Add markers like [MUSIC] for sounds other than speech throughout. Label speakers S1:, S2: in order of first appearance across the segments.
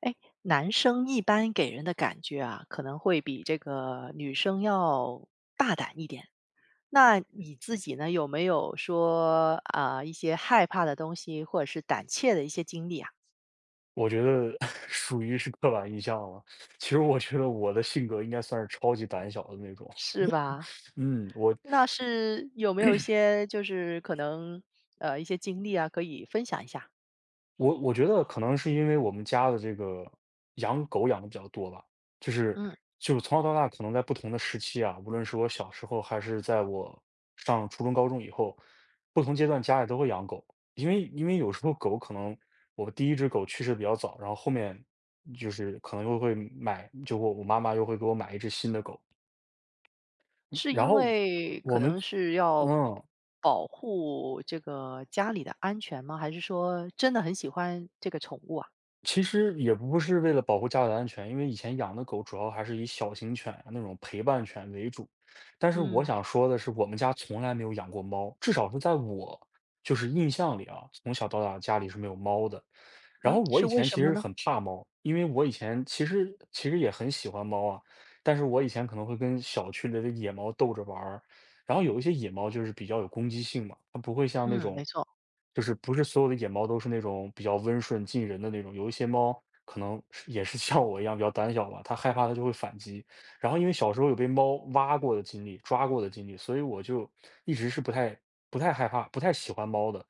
S1: 哎，男生一般给人的感觉啊，可能会比这个女生要大胆一点。那你自己呢，有没有说啊、一些害怕的东西，或者是胆怯的一些经历啊？
S2: 我觉得 [LAUGHS] 属于是刻板印象了。其实我觉得我的性格应该算是超级胆小的那种。
S1: 是吧？
S2: [LAUGHS] 嗯，我
S1: 那是有没有一些就是可能一些经历啊，可以分享一下？
S2: 我我觉得可能是因为我们家的这个养狗养的比较多吧，就是
S1: 嗯，
S2: 就是从小到大，可能在不同的时期啊，无论是我小时候还是在我上初中、高中以后，不同阶段家里都会养狗，因为有时候狗可能我第一只狗去世得比较早，然后后面就是可能又会买，就我妈妈又会给我买一只新的狗。
S1: 是
S2: 然
S1: 因
S2: 后
S1: 为可
S2: 我们
S1: 能是要
S2: 嗯，
S1: 保护这个家里的安全吗？还是说真的很喜欢这个宠物啊？
S2: 其实也不是为了保护家里的安全，因为以前养的狗主要还是以小型犬啊那种陪伴犬为主。但是我
S1: 嗯。
S2: 想说的是，我们家从来没有养过猫，至少是在我就是印象里啊，从小到大家里是没有猫的。然后
S1: 嗯，
S2: 我
S1: 是
S2: 以
S1: 为
S2: 前
S1: 什
S2: 其
S1: 么
S2: 实
S1: 呢？
S2: 很怕猫，因为我以前其实也很喜欢猫啊，但是我以前可能会跟小区里的野猫逗着玩儿，然后有一些野猫就是比较有攻击性嘛，它不会像那
S1: 嗯，
S2: 种，
S1: 没错。
S2: 就是不是所有的野猫都是那种比较温顺近人的那种，有一些猫可能是也是像我一样比较胆小吧，它害怕它就会反击。然后因为小时候有被猫挖过的经历、抓过的经历，所以我就一直是不太害怕、不太喜欢猫的。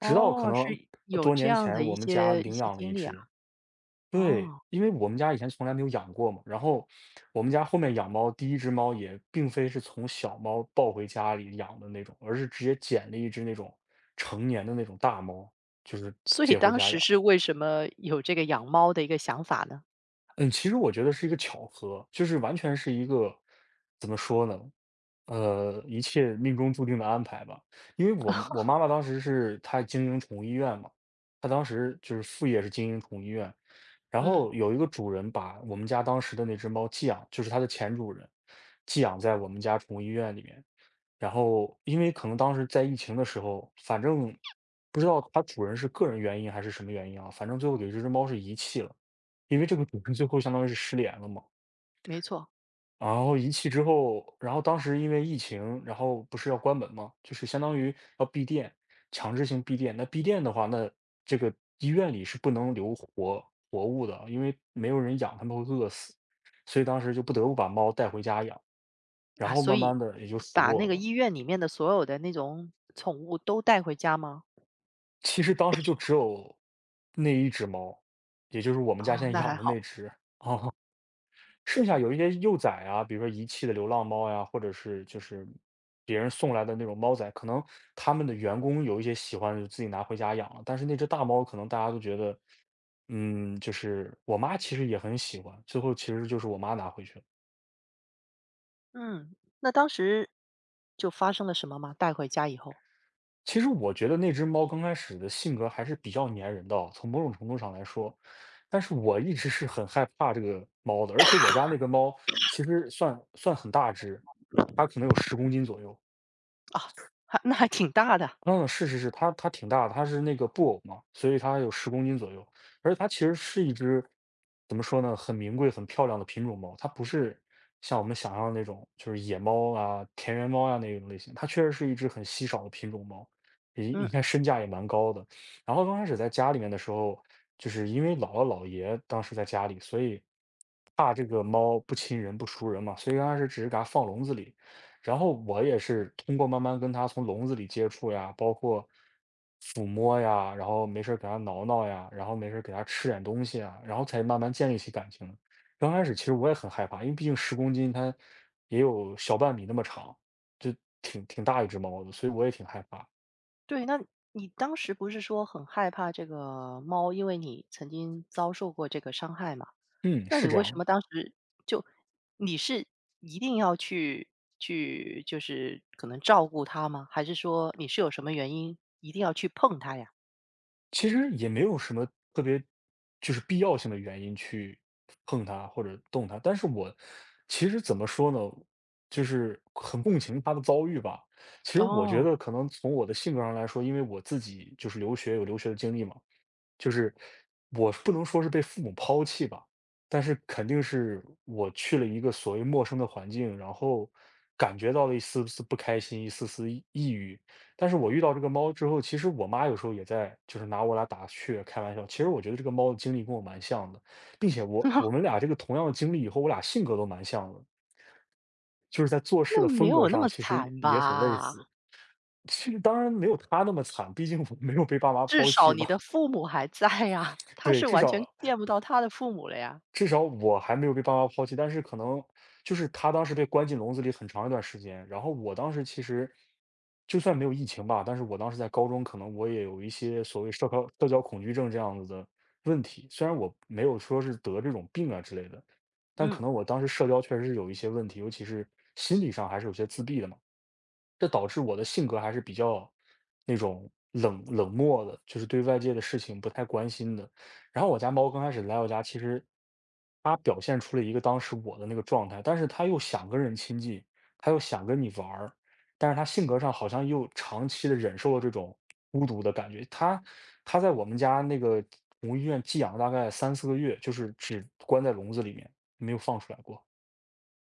S2: 直到可能
S1: 是有
S2: 多
S1: 这
S2: 年
S1: 样
S2: 前，
S1: 的一
S2: 我们家
S1: 些一
S2: 领
S1: 些
S2: 养了
S1: 经
S2: 一
S1: 历啊。
S2: 只。对，
S1: 哦，
S2: 因为我们家以前从来没有养过嘛，然后我们家后面养猫，第一只猫也并非是从小猫抱回家里养的那种，而是直接捡了一只那种成年的那种大猫，就是
S1: 所以
S2: 接回
S1: 当
S2: 家
S1: 时
S2: 养。
S1: 是为什么有这个养猫的一个想法呢？
S2: 嗯，其实我觉得是一个巧合，就是完全是一个怎么说呢？一切命中注定的安排吧。因为我妈妈当时是她经营宠物医院嘛，她当时就是副业是经营宠物医院，然
S1: 嗯，
S2: 后有一个主人把我们家当时的那只猫寄养，就是它的前主人，寄养在我们家宠物医院里面。然后因为可能当时在疫情的时候，反正不知道它主人是个人原因还是什么原因啊，反正最后给这只猫是遗弃了，因为这个主人最后相当于是失联了嘛。
S1: 没错。
S2: 然后遗弃之后，然后当时因为疫情，然后不是要关门嘛，就是相当于要闭店，强制性闭店。那闭店的话，那这个医院里是不能留活物的，因为没有人养，他们会饿死。所以当时就不得不把猫带回家养，然
S1: 啊，
S2: 后
S1: 所
S2: 慢
S1: 以
S2: 慢的也就死
S1: 把那
S2: 落
S1: 个
S2: 了。
S1: 医院里面的所有的那种宠物都带回家吗？
S2: 其实当时就只有那一只猫，也就是我们家
S1: 哦，
S2: 现在
S1: 那还
S2: 养的那
S1: 好。
S2: 只啊，[LAUGHS] 剩下有一些幼崽啊，比如说遗弃的流浪猫呀，或者是就是别人送来的那种猫崽，可能他们的员工有一些喜欢，就自己拿回家养了。但是那只大猫，可能大家都觉得，嗯，就是我妈其实也很喜欢，最后其实就是我妈拿回去了。
S1: 嗯，那当时就发生了什么吗？带回家以后，
S2: 其实我觉得那只猫刚开始的性格还是比较粘人的哦从某种程度上来说，但是我一直是很害怕这个猫的，而且我家那个猫其实算很大只，它可能有十公斤左右。
S1: 还那还挺大的。
S2: 嗯，是是是，它挺大的，它是那个布偶嘛，所以它有十公斤左右。而且它其实是一只怎么说呢，很名贵、很漂亮的品种猫。它不是像我们想象的那种，就是野猫啊、田园猫啊那种类型。它确实是一只很稀少的品种猫，也
S1: 嗯，
S2: 应该身价也蛮高的。然后刚开始在家里面的时候，就是因为姥姥姥爷当时在家里，所以怕这个猫不亲人、不熟人嘛，所以刚开始只是给它放笼子里。然后我也是通过慢慢跟它从笼子里接触呀，包括抚摸呀，然后没事儿给它挠挠呀，然后没事儿给它吃点东西啊，然后才慢慢建立起感情的刚开始其实我也很害怕，因为毕竟十公斤它也有小半米那么长，就挺大一只猫的，所以我也挺害怕。
S1: 对，那你当时不是说很害怕这个猫，因为你曾经遭受过这个伤害吗？
S2: 嗯，
S1: 那你
S2: 是这
S1: 为
S2: 样
S1: 什么
S2: 的。
S1: 当时就你是一定要去就是可能照顾他吗？还是说你是有什么原因一定要去碰他呀？
S2: 其实也没有什么特别就是必要性的原因去碰它或者动它，但是我其实怎么说呢，就是很共情他的遭遇吧。其实我觉
S1: 哦，
S2: 得可能从我的性格上来说，因为我自己就是留学有留学的经历嘛，就是我不能说是被父母抛弃吧，但是肯定是我去了一个所谓陌生的环境，然后感觉到了一丝丝不开心，一丝丝抑郁，但是我遇到这个猫之后，其实我妈有时候也在，就是拿我俩打趣开玩笑。其实我觉得这个猫的经历跟我蛮像的，并且我我们
S1: [LAUGHS]
S2: 俩这个同样的经历以后，我俩性格都蛮像的，就是在做事
S1: 那
S2: 的
S1: 没
S2: 风格
S1: 有那
S2: 上
S1: 么
S2: 其实
S1: 惨
S2: 也很类
S1: 吧？
S2: 似。其实当然没有他那么惨，毕竟我没有被爸妈
S1: 至
S2: 抛
S1: 少
S2: 弃
S1: 你
S2: 嘛。
S1: 的父母还在呀，
S2: [LAUGHS]
S1: 他
S2: 对，
S1: 是
S2: 至
S1: 完全
S2: 少
S1: 见不到他的父母了呀。
S2: 至少我还没有被爸妈抛弃，但是可能就是他当时被关进笼子里很长一段时间，然后我当时其实就算没有疫情吧，但是我当时在高中，可能我也有一些所谓社交恐惧症这样子的问题，虽然我没有说是得这种病啊之类的，但可
S1: 嗯，
S2: 能我当时社交确实是有一些问题，尤其是心理上还是有些自闭的嘛。这导致我的性格还是比较那种冷漠的，就是对外界的事情不太关心的。然后我家猫刚开始来我家，其实它表现出了一个当时我的那个状态，但是它又想跟人亲近，它又想跟你玩儿，但是它性格上好像又长期的忍受了这种孤独的感觉。它在我们家那个宠物医院寄养了大概三四个月，就是只关在笼子里面，没有放出来过。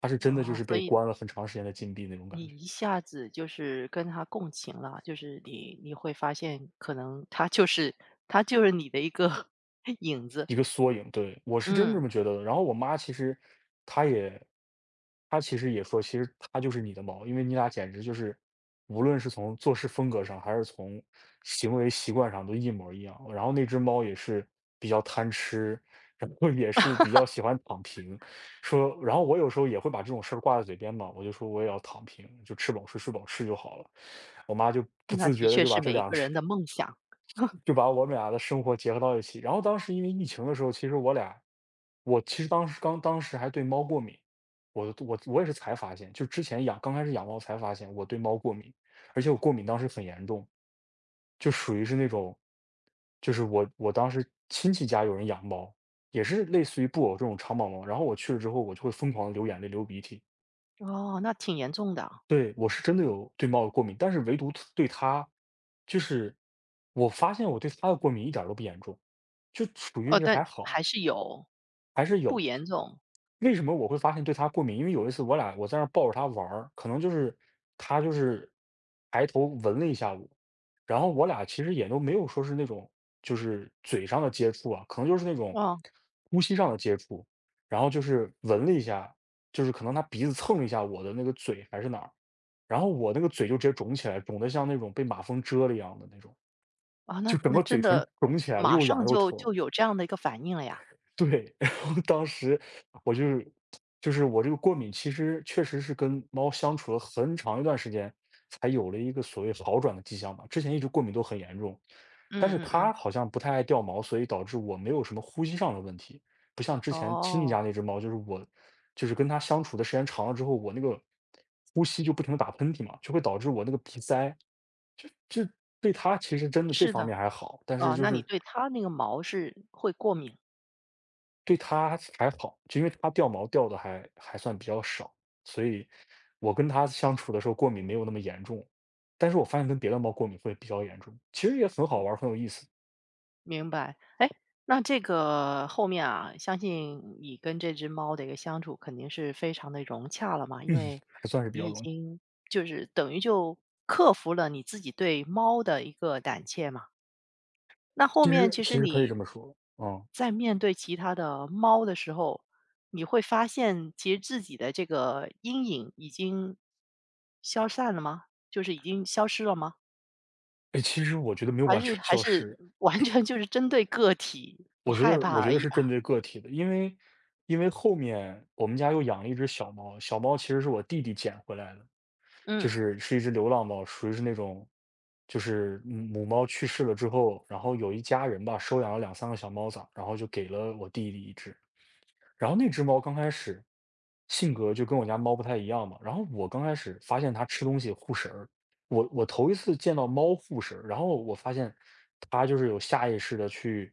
S2: 它是真的就
S1: 哦，
S2: 是
S1: 所
S2: 被
S1: 以
S2: 关了很长时间的禁闭那种
S1: 你
S2: 感觉。
S1: 一下子就是跟他共情了，就是你会发现，可能他就是他就是你的一个 [LAUGHS] 影子。
S2: 一个缩影，对，我是真这
S1: 嗯。
S2: 么觉得的。然后我妈其实她也，她其实也说，其实她就是你的猫，因为你俩简直就是，无论是从做事风格上，还是从行为习惯上，都一模一样。然后那只猫也是比较贪吃，然后也是比较喜欢躺平，说，然后我有时候也会把这种事儿挂在嘴边嘛，我就说我也要躺平，就吃饱睡，睡饱吃就好了。我妈就不
S1: 那
S2: 自
S1: 的
S2: 觉的
S1: 确
S2: 就
S1: 是
S2: 把这
S1: 每一
S2: 两
S1: 个
S2: 只
S1: 人的梦想。
S2: 就把我们俩的生活结合到一起。然后当时因为疫情的时候，其实我俩，我其实当时刚当时还对猫过敏，我也是才发现，就之前养刚开始养猫才发现我对猫过敏，而且我过敏当时很严重，就属于是那种，就是我当时亲戚家有人养猫，也是类似于布偶这种长毛猫，然后我去了之后，我就会疯狂的流眼泪、流鼻涕。
S1: 哦，那挺严重的。
S2: 对，我是真的有对猫有过敏，但是唯独它对它，就是我发现我对它的过敏一点儿都不严重，就属于
S1: 哦，
S2: 是还
S1: 但
S2: 好。
S1: 还是有。
S2: 还是
S1: 不
S2: 有。
S1: 严重，
S2: 为什么我会发现对它过敏？因为有一次我俩我在那儿抱着它玩儿，可能就是它就是抬头闻了一下我，然后我俩其实也都没有说是那种就是嘴上的接触啊，可能就是那种
S1: 哦，
S2: 呼吸上的接触，然后就是闻了一下，就是可能它鼻子蹭了一下我的那个嘴还是哪儿，然后我那个嘴就直接肿起来，肿得像那种被马蜂蛰了一样的那种，
S1: 啊，那
S2: 就整
S1: 那
S2: 个嘴
S1: 真
S2: 唇
S1: 的
S2: 肿起来了，
S1: 马
S2: 又痒
S1: 上
S2: 又
S1: 就
S2: 疼。
S1: 就有这样的一个反应了呀。
S2: 对，[LAUGHS] 然后当时我就是就是我这个过敏，其实确实是跟猫相处了很长一段时间，才有了一个所谓好转的迹象吧。之前一直过敏都很严重，但是
S1: 嗯嗯
S2: 它
S1: 嗯，
S2: 好像不太爱掉毛，所以导致我没有什么呼吸上的问题，不像之前亲戚
S1: 哦，
S2: 家那只猫，就是我就是跟它相处的时间长了之后，我那个呼吸就不停的打喷嚏嘛，就会导致我那个鼻塞，就对它其实真的这
S1: 是
S2: 方
S1: 的，
S2: 面还好，但是
S1: 哦，
S2: 就
S1: 那你
S2: 是
S1: 对它那个毛是会过敏？
S2: 对它还好，就因为它掉毛掉的还算比较少，所以我跟它相处的时候过敏没有那么严重。但是我发现跟别的猫过敏会比较严重，其实也很好玩儿很有意思，
S1: 明白，哎，那这个后面啊，相信你跟这只猫的一个相处肯定是非常的融洽了嘛，因为
S2: 还算是比
S1: 你
S2: 较
S1: 已
S2: 容易。
S1: 经就是等于就克服了你自己对猫的一个胆怯嘛。那后
S2: 其
S1: 面
S2: 实
S1: 其
S2: 其
S1: 实
S2: 实可以这
S1: 你
S2: 么说，嗯。
S1: 在面对其他的猫的时候，你会发现其实自己的这个阴影已经消散了吗？就是已经消失了吗？
S2: 哎，其实我觉得没有
S1: 还
S2: 完
S1: 是
S2: 全 [LAUGHS]
S1: 还
S2: 消
S1: 是
S2: 失。
S1: 完全就是针对个体，不
S2: 我觉
S1: 害
S2: 得我
S1: 怕
S2: 觉
S1: 而
S2: 得
S1: 已？
S2: 是针
S1: 啊？
S2: 对个体的，因为因为后面我们家又养了一只小猫，小猫其实是我弟弟捡回来的，就
S1: 嗯
S2: 是是一只流浪猫，属于是那种，就是母猫去世了之后，然后有一家人吧收养了两三个小猫崽儿然后就给了我弟弟一只，然后那只猫刚开始性格就跟我家猫不太一样嘛，然后我刚开始发现它吃东西护食儿，我头一次见到猫护食儿，然后我发现它就是有下意识的去，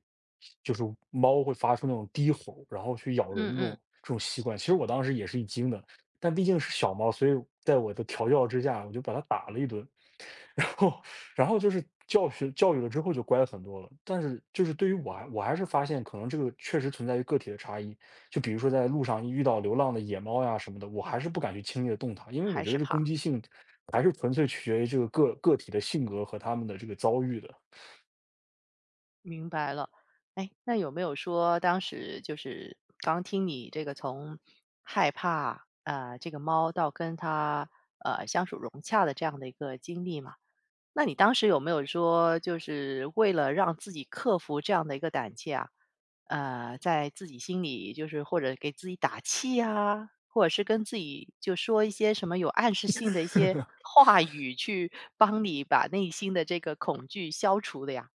S2: 就是猫会发出那种低吼，然后去咬人
S1: 嗯
S2: 这
S1: 嗯，
S2: 种这种习惯。其实我当时也是一惊的，但毕竟是小猫，所以在我的调教之下，我就把它打了一顿，[LAUGHS] 然后然后就是教学教育了之后就乖很多了。但是就是对于我还是发现可能这个确实存在于个体的差异。就比如说在路上一遇到流浪的野猫呀什么的，我还是不敢去轻易的动它，因为我
S1: 还
S2: 觉得
S1: 是
S2: 这
S1: 怕，
S2: 攻击性还是纯粹取决于这个个体的性格和他们的这个遭遇的。
S1: 明白了。哎，那有没有说当时就是刚听你这个从害怕这个猫到跟它相处融洽的这样的一个经历嘛？那你当时有没有说，就是为了让自己克服这样的一个胆怯啊，在自己心里就是或者给自己打气啊，或者是跟自己就说一些什么有暗示性的一些话语，去帮你把内心的这个恐惧消除的呀？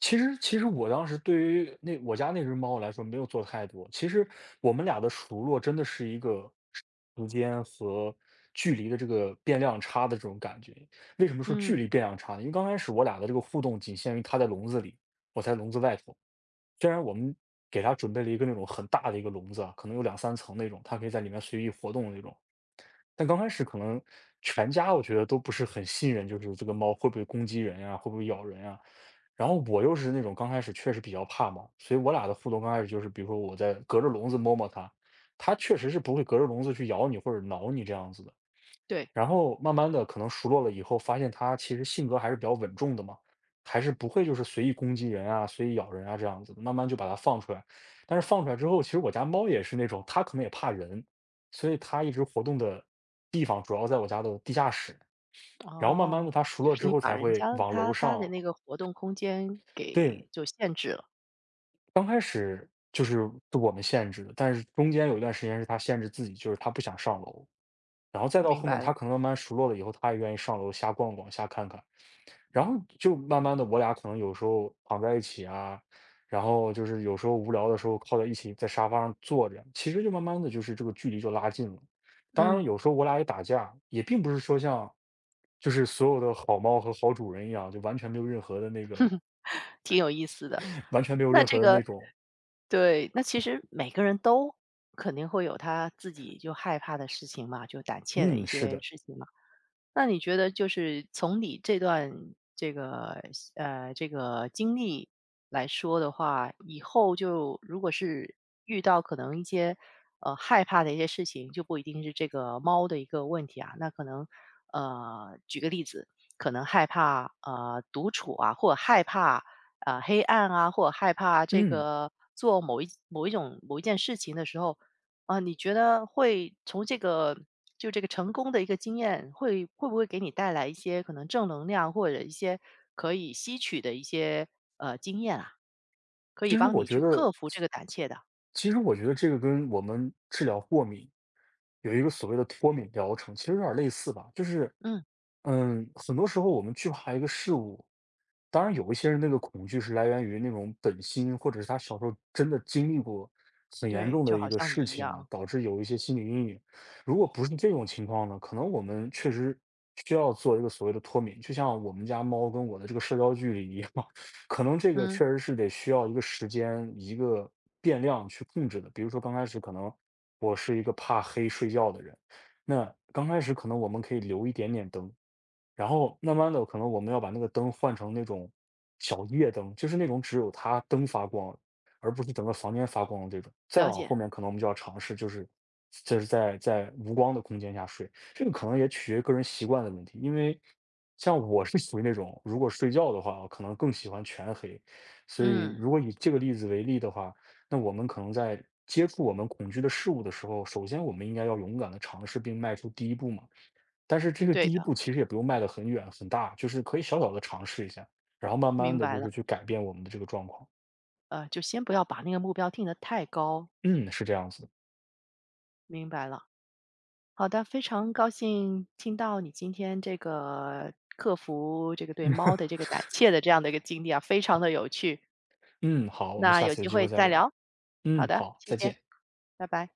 S2: 其实我当时对于那我家那只猫来说没有做太多。其实我们俩的熟络真的是一个时间和距离的这个变量差的这种感觉。为什么说距
S1: 嗯，
S2: 离变量差呢？因为刚开始我俩的这个互动仅限于它在笼子里，我在笼子外头。虽然我们给它准备了一个那种很大的一个笼子啊，可能有两三层那种，它可以在里面随意活动的那种。但刚开始可能全家我觉得都不是很信任，就是这个猫会不会攻击人呀，会不会咬人呀。然后我又是那种刚开始确实比较怕猫，所以我俩的互动刚开始就是，比如说我在隔着笼子摸摸它，它确实是不会隔着笼子去咬你或者挠你这样子的。
S1: 对。
S2: 然后慢慢的可能熟络了以后，发现它其实性格还是比较稳重的嘛，还是不会就是随意攻击人啊、随意咬人啊这样子的，慢慢就把它放出来。但是放出来之后，其实我家猫也是那种，它可能也怕人，所以它一直活动的地方主要在我家的地下室，然后慢慢的
S1: 哦，
S2: 它熟
S1: 就
S2: 络
S1: 是
S2: 之
S1: 你
S2: 后
S1: 把
S2: 才
S1: 人家
S2: 会往楼
S1: 他
S2: 上
S1: 的那个活动空间
S2: 对，
S1: 给就限制了，
S2: 就是是我们限制的，但是中间有一段时间是它限制自己，就是它不想上楼，然后再到
S1: 明
S2: 后面
S1: 白
S2: 它
S1: 了，
S2: 可能慢慢熟络了以后，它也愿意上楼瞎逛逛、瞎看看。然后就慢慢的，我俩可能有时候躺在一起啊，然后就是有时候无聊的时候靠在一起在沙发上坐着，其实就慢慢的，就是这个距离就拉近了。当然
S1: 嗯，
S2: 有时候我俩也打架，也并不是说像就是所有的好猫和好主人一样，就完全没有任何的那个
S1: [LAUGHS] 挺有意思的。
S2: [LAUGHS] 完全没有
S1: 那
S2: 任
S1: 这
S2: 何的
S1: 个
S2: 那种
S1: 对，那其实每个人都肯定会有他自己就害怕的事情嘛，就胆怯的一
S2: “嗯，是
S1: 些
S2: 的，
S1: 事情嘛。那你觉得就是从你这段这个这个经历来说的话，以后就如果是遇到可能一些害怕的一些事情，就不一定是这个猫的一个问题啊，那可能举个例子，可能害怕独处啊，或者害怕黑暗啊，或者害怕这
S2: 嗯”。
S1: 个做某一种某一件事情的时候，啊，你觉得会从这个就这个成功的一个经验，会不会给你带来一些可能正能量，或者一些可以吸取的一些经验啊？可以
S2: 其实
S1: 帮
S2: 我
S1: 你去
S2: 觉
S1: 克
S2: 得，
S1: 服这
S2: 其
S1: 个胆怯的。
S2: 实我觉得这个跟我们治疗过敏有一个所谓的脱敏疗程，其实有点儿类似吧。就是，
S1: 嗯，
S2: 嗯，很多时候我们惧怕一个事物，当然有一些人那个恐惧是来源于那种本心，或者是他小时候真的经历过很严
S1: 对，
S2: 重
S1: 就
S2: 的一
S1: 好
S2: 个
S1: 像你
S2: 事
S1: 一
S2: 情啊，
S1: 样。
S2: 导致有一些心理阴影。如果不是这种情况呢，可能我们确实需要做一个所谓的脱敏，就像我们家猫跟我的这个社交距离一样。可能这个
S1: 嗯，
S2: 确实是得需要一个时间、一个变量去控制的。比如说刚开始可能我是一个怕黑睡觉的人，那刚开始可能我们可以留一点点灯，然后慢慢的，可能我们要把那个灯换成那种小夜灯，就是那种只有它灯发光，而不是整个房间发光的这种。再
S1: 了
S2: 往
S1: 解。
S2: 后面，可能我们就要尝试，就是就是在无光的空间下睡。这个可能也取决于个人习惯的问题，因为像我是属于那种，如果睡觉的话，我可能更喜欢全黑。所以，
S1: 嗯，
S2: 如果以这个例子为例的话，那我们可能在接触我们恐惧的事物的时候，首先我们应该要勇敢的尝试并迈出第一步嘛。但是这个
S1: 对
S2: 第一
S1: 的，
S2: 步其实也不用迈得很远很大，就是可以小小的尝试一下，然后慢慢
S1: 明
S2: 的
S1: 白
S2: 就
S1: 了。
S2: 是去改变我们的这个状况。
S1: 呃，就先不要把那个目标定得太高，
S2: 嗯，是这样子的。
S1: 明白了。好的，非常高兴听到你今天这个克服这个对猫的这个胆怯的这样的一个经历啊，非常的有趣。
S2: 嗯，好，我们
S1: 那
S2: 下
S1: 有
S2: 次有
S1: 机
S2: 机会
S1: 会
S2: 再
S1: 再
S2: 聊。
S1: 聊。好
S2: 嗯，
S1: 的，
S2: 好，
S1: 谢
S2: 再
S1: 谢，
S2: 见。
S1: 拜拜。